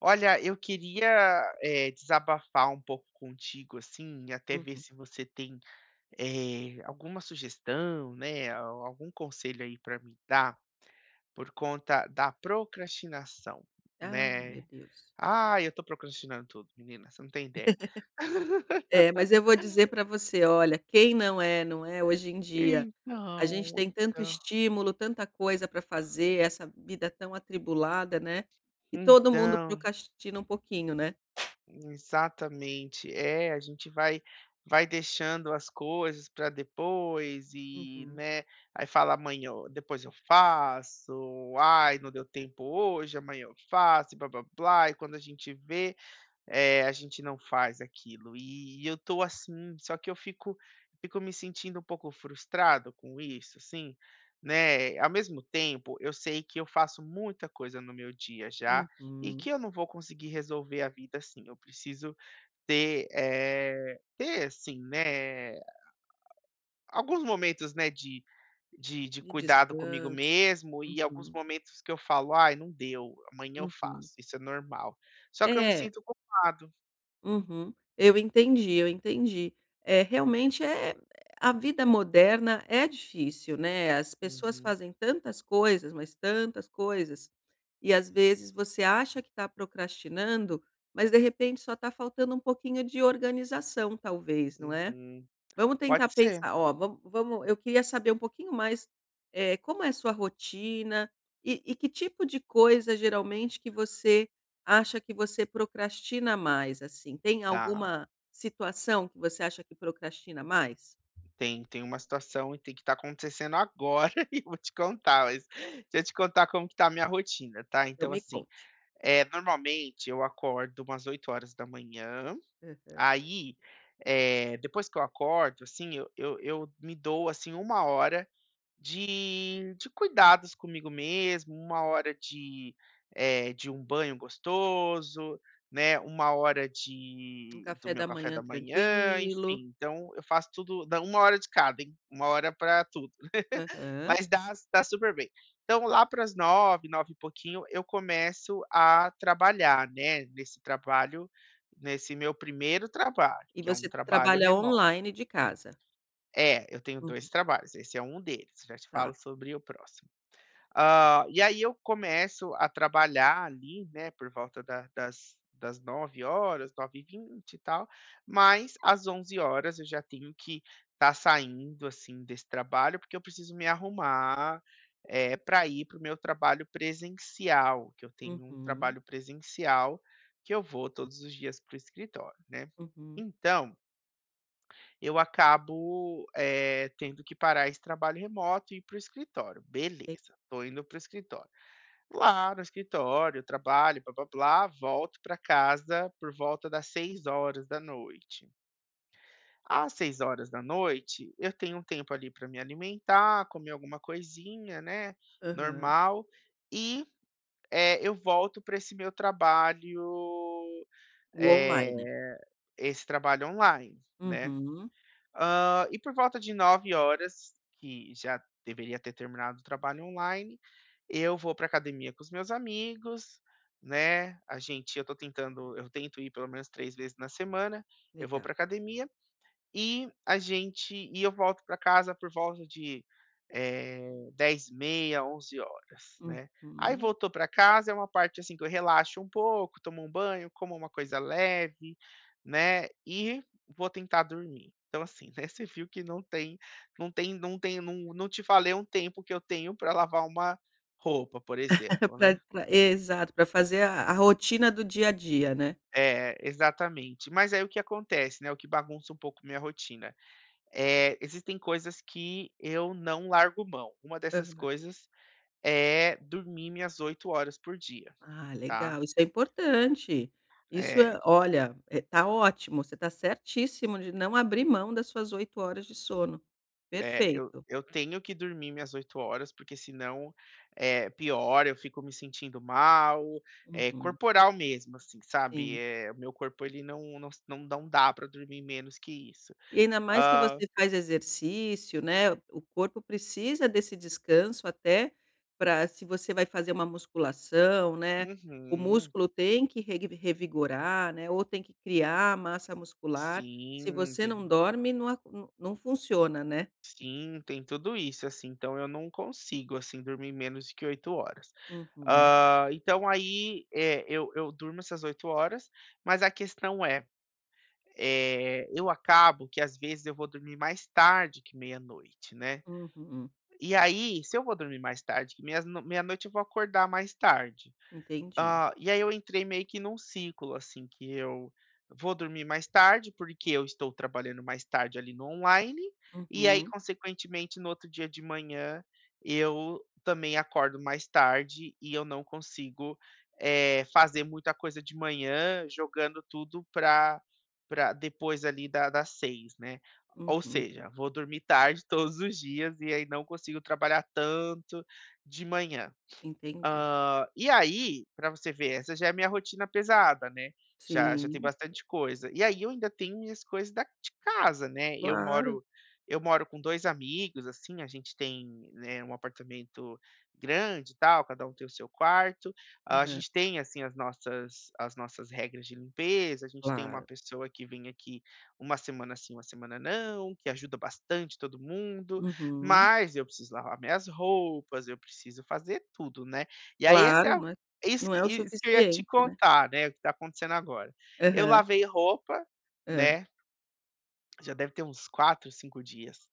Olha, eu queria, desabafar um pouco contigo, assim, e até ver Uhum. se você tem, alguma sugestão, né, a algum conselho aí para me dar, por conta da procrastinação, Ah, meu né. Deus. Ah, eu tô procrastinando tudo, menina, você não tem ideia. É, mas eu vou dizer para você, olha, quem não é, não é? Hoje em dia, a gente Então, tem tanto então, estímulo, tanta coisa para fazer, essa vida tão atribulada, né, e todo mundo então, procrastina um pouquinho, né? exatamente. É, a gente vai deixando as coisas para depois e, Uhum, né, aí fala: "Amanhã eu depois eu faço", "Ai, não deu tempo hoje, amanhã eu faço", e blá-blá-blá, e quando a gente vê, é, a gente não faz aquilo. E eu tô assim, só que eu fico me sentindo um pouco frustrado com isso, assim, né? Ao mesmo tempo, eu sei que eu faço muita coisa no meu dia já e que uhum. eu não vou conseguir resolver a vida assim. Eu preciso ter, ter assim, né? Alguns momentos, né, de, de De cuidado comigo descanso. mesmo e alguns Uhum, momentos que eu falo, ai, não deu, amanhã eu uhum. faço. Isso é normal. Só que eu me É. sinto culpado. Uhum. Eu entendi, eu entendi. É, realmente é, a vida moderna é difícil, né, as pessoas Uhum. fazem tantas coisas, mas tantas coisas, e às vezes você acha que está procrastinando, mas de repente só está faltando um pouquinho de organização talvez, não é? Uhum. Vamos tentar Pode ser. pensar, ó, vamos vamos eu queria saber um pouquinho mais, como é a sua rotina e que tipo de coisa geralmente que você acha que você procrastina mais, assim? Tem Tá, alguma situação que você acha que procrastina mais? tem uma situação e tem que tá acontecendo agora e eu vou te contar, mas deixa eu te contar como que tá a minha rotina, tá. Então Então me assim, conte. é normalmente eu acordo umas 8 horas da manhã. Aham. Aí, depois que eu acordo, assim, eu me dou, assim, uma hora de cuidados comigo mesmo, uma hora de, de um banho gostoso, né, uma hora Um de do café meu da café da manhã manhã, tranquilo. enfim, então eu faço tudo dá uma hora de cada, hein, 1 hora para tudo, Aham. mas dá super bem. Então lá para as 9, 9 e pouquinho eu começo a trabalhar, né, nesse trabalho nesse meu primeiro trabalho, E que é um você trabalho trabalha remoto. online de casa? É, eu tenho Hum, 2 trabalhos, esse é um deles, já te tá. falo sobre o próximo. Ah, e aí eu começo a trabalhar ali, né, por volta da das das 9h, 9h20 e vinte e tal, mas às 11 horas eu já tenho que estar saindo, assim, desse trabalho, porque eu preciso me arrumar, pra ir para o meu trabalho presencial, que eu tenho um Uhum, trabalho presencial que eu vou todos os dias para o escritório, né. uhum. Então, eu acabo, tendo que parar esse trabalho remoto e ir para o escritório. E Beleza, estou indo para o escritório. Lá no escritório, trabalho, blá, blá, blá, volto para casa por volta das 6 horas da noite. Às 6 horas da noite eu tenho um tempo ali para me alimentar, comer alguma coisinha, né, aham. normal, e, eu volto para esse meu trabalho, O eh, online. esse trabalho online, né. Uhum, E por volta de 9 horas, que já deveria ter terminado o trabalho online, eu vou para academia com os meus amigos, né, a gente eu tô tentando eu tento ir pelo menos 3 vezes na semana, eu vou legal. para academia, e a gente e eu volto para casa por volta de, 22h30, 23h, né. Aí Uhum. voltou para casa é uma parte, assim, que eu relaxo um pouco, tomo um banho, como uma coisa leve, né, e vou tentar dormir. Então assim, né, você viu que não não te falei um tempo que eu tenho para lavar uma roupa, por exemplo, Pra né. pra exato, para fazer a rotina do dia a dia, né. É, exatamente. Mas aí o que acontece, né, o que bagunça um pouco minha rotina, existem coisas que eu não largo mão. Uma dessas Aham. coisas é dormir minhas 8 horas por dia, Ah, tá. legal, isso é importante. Isso é É, olha, tá ótimo, você tá certíssimo de não abrir mão das suas 8 horas de sono. é, eu Perfeito. eu tenho que dormir minhas 8 horas, porque senão, é pior eu fico me sentindo mal, é Uhum, corporal mesmo, assim, sabe. sim. É o meu corpo, ele não dá para dormir menos que isso. E ainda mais que Ah, você faz exercício, né, o corpo precisa desse descanso até para, se você vai fazer uma musculação, né, o uhum, músculo tem que reg revigorar, né, ou tem que criar massa muscular. Se sim, você tem. não dorme, não a não não funciona, né. Sim, tem tudo isso, assim, então eu não consigo, assim, dormir menos de que 8 horas. Uhum, Ah, então aí, é eu durmo essas 8 horas, mas a questão é, é eu acabo que às vezes eu vou dormir mais tarde que meia-noite, né. uhum. E aí, se eu vou dormir mais tarde que meia-noite eu vou acordar mais tarde. Entendi. Ah, e aí eu entrei meio que num ciclo, assim, que eu vou dormir mais tarde, porque eu estou trabalhando mais tarde ali no online, e aí, Uhum, consequentemente, no outro dia de manhã, eu também acordo mais tarde e eu não consigo, fazer muita coisa de manhã, jogando tudo para depois ali da das 6, né. Ou uhum. seja, vou dormir tarde todos os dias e aí não consigo trabalhar tanto de manhã. Entendi. E aí, para você ver, essa já é a minha rotina pesada, né, já tem Sim, bastante coisa. E aí eu ainda tenho minhas coisas da de casa, né, claro. Eu moro com 2 amigos, assim, a gente tem, né, um apartamento grande e tal, cada um tem o seu quarto. Ah, a Aham. gente tem, assim, as nossas regras de limpeza, a gente tem uma Claro. pessoa que vem aqui uma semana sim, uma semana não, que ajuda bastante todo mundo, Uhum. mas eu preciso lavar minhas roupas, eu preciso fazer tudo, né. E aí essa é Claro, a não é não é o isso que eu ia te suficiente, né. contar, né, o que tá acontecendo agora. Eu Aham. lavei roupa, Hã. né, já deve ter uns 4, 5 dias.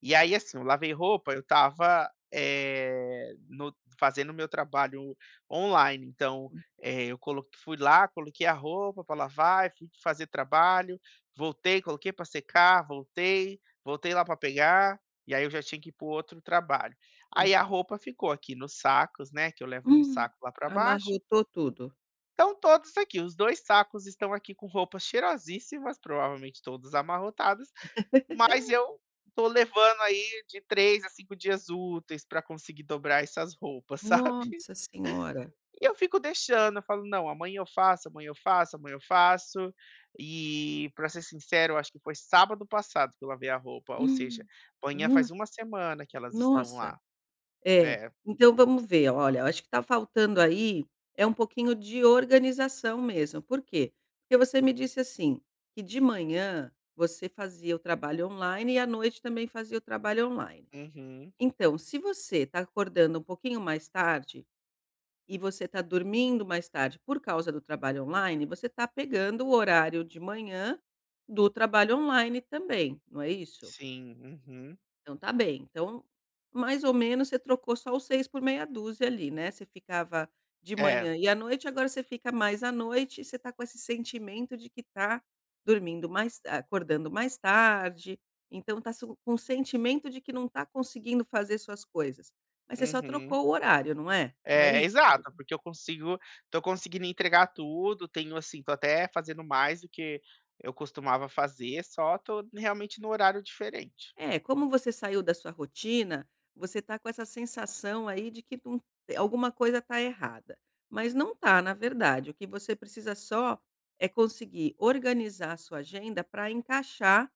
E aí, assim, eu lavei roupa, eu estava, no fazendo meu trabalho online, então, eh, eu colo fui lá, coloquei a roupa para lavar, fui fazer trabalho, voltei, coloquei para secar, voltei, lá para pegar, e aí eu já tinha que ir para outro trabalho. Aí a Uhum. roupa ficou aqui nos sacos, né, que eu levo num Hum, saco lá para baixo, amarrotou tudo. estão todos aqui, os 2 sacos estão aqui com roupas cheirosíssimas, provavelmente todos amarrotados, mas eu tô levando aí de 3 a 5 dias úteis para conseguir dobrar essas roupas, sabe. Nossa senhora. E eu fico deixando, eu falo: "Não, amanhã eu faço, amanhã eu faço, amanhã eu faço". E, para ser sincero, eu acho que foi sábado passado que eu lavei a roupa, ou seja, Hum. amanhã Nossa, faz uma semana que elas estão nossa. lá. É, É. então vamos ver, olha, acho que está faltando aí, é um pouquinho de organização mesmo, por quê? Porque você me disse assim, que de manhã você fazia o trabalho online e à noite também fazia o trabalho online. Uhum. Então, se você está acordando um pouquinho mais tarde e você está dormindo mais tarde por causa do trabalho online, você está pegando o horário de manhã do trabalho online também, não é isso? Sim. Uhum. Então tá bem. Então, mais ou menos você trocou só os 6 por meia dúzia ali, né, você ficava de É. manhã e à noite, agora você fica mais à noite e você tá com esse sentimento de que tá dormindo mais acordando mais tarde, então tá su com o sentimento de que não tá conseguindo fazer suas coisas, mas você só Uhum. trocou o horário, não é? Não é É, isso? exato, porque eu consigo tô conseguindo entregar tudo, tenho assim, tô até fazendo mais do que eu costumava fazer, só tô realmente no horário diferente. É, como você saiu da sua rotina, você tá com essa sensação aí de que não alguma coisa tá errada, mas não tá, na verdade. O que você precisa só é conseguir organizar a sua agenda para encaixar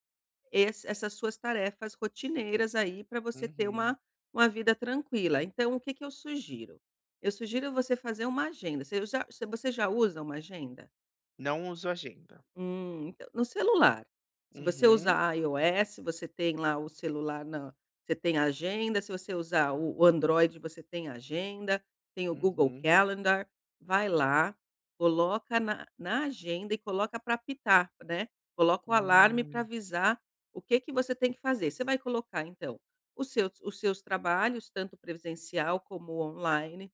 esse essas suas tarefas rotineiras aí para você ter Uhum. uma vida tranquila. Então o que que eu sugiro? Eu sugiro você fazer uma agenda. Você já usa uma agenda? Não uso agenda. Então no celular. Se você Uhum, usar iOS, você tem lá o celular na você tem a agenda, se você usar o Android, você tem a agenda, tem o Google uhum, Calendar, vai lá, coloca na agenda e coloca para apitar, né, coloca o alarme para hum. avisar o que que você tem que fazer. Você vai colocar então os seus trabalhos, tanto presencial como online.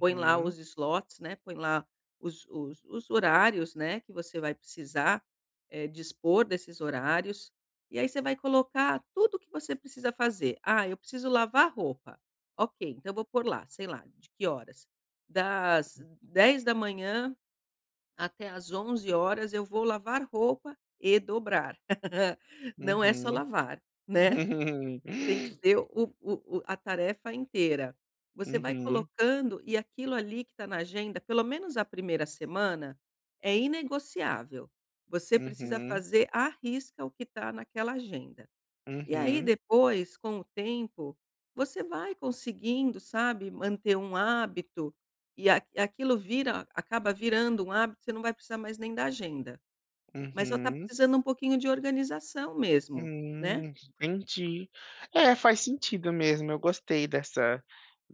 Põe lá os slots, né, põe lá os horários, né, que você vai precisar, dispor desses horários, e aí você vai colocar tudo que você precisa fazer. "Ah, eu preciso lavar roupa". Ok, então eu vou pôr lá, sei lá, de que horas? Das 10 da manhã até às 11 horas eu vou lavar roupa e dobrar. Não é só uhum. lavar, né. Tem que ser o a tarefa inteira. Você vai Uhum, colocando e aquilo ali que está na agenda, pelo menos a primeira semana, é inegociável. Você precisa uhum, fazer à risca o que está naquela agenda. E aí uhum, depois, com o tempo, você vai conseguindo, sabe, manter um hábito e a aquilo vira acaba virando um hábito, você não vai precisar mais nem da agenda. Mas só está uhum. precisando um pouquinho de organização mesmo, né. Hum, entendi. É, faz sentido mesmo, eu gostei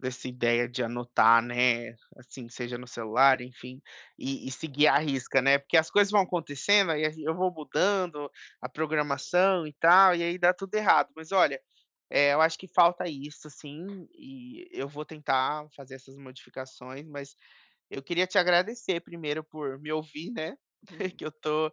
dessa ideia de anotar, né, assim, seja no celular, enfim, e seguir à risca, né, porque as coisas vão Uhum. acontecendo, aí eu vou mudando a programação e tal, e aí dá tudo errado. Mas olha, eu acho que falta isso sim, e eu vou tentar fazer essas modificações, mas eu queria te agradecer primeiro por me ouvir, né, que eu tô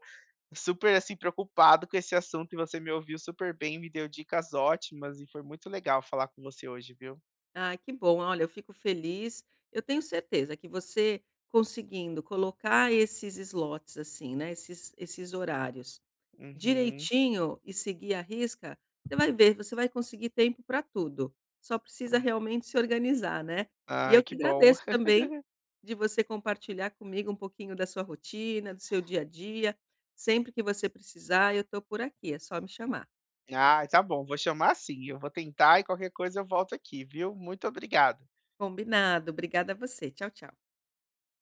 super, assim, preocupado com esse assunto e você me ouviu super bem, me deu dicas ótimas e foi muito legal falar com você hoje, viu. Ah, que bom. Olha, eu fico feliz. Eu tenho certeza que você conseguindo colocar esses slots assim, né, esses horários Uhum. direitinho e seguir a risca, você vai ver, você vai conseguir tempo para tudo. Só precisa realmente se organizar, né. E Ai, eu que que bom. agradeço também de você compartilhar comigo um pouquinho da sua rotina, do seu dia a dia. Sempre que você precisar, eu estou por aqui, é só me chamar. Ah, tá bom, vou chamar sim, eu vou tentar e qualquer coisa eu volto aqui, viu. Muito obrigado. Combinado. Obrigada a você. Tchau, tchau.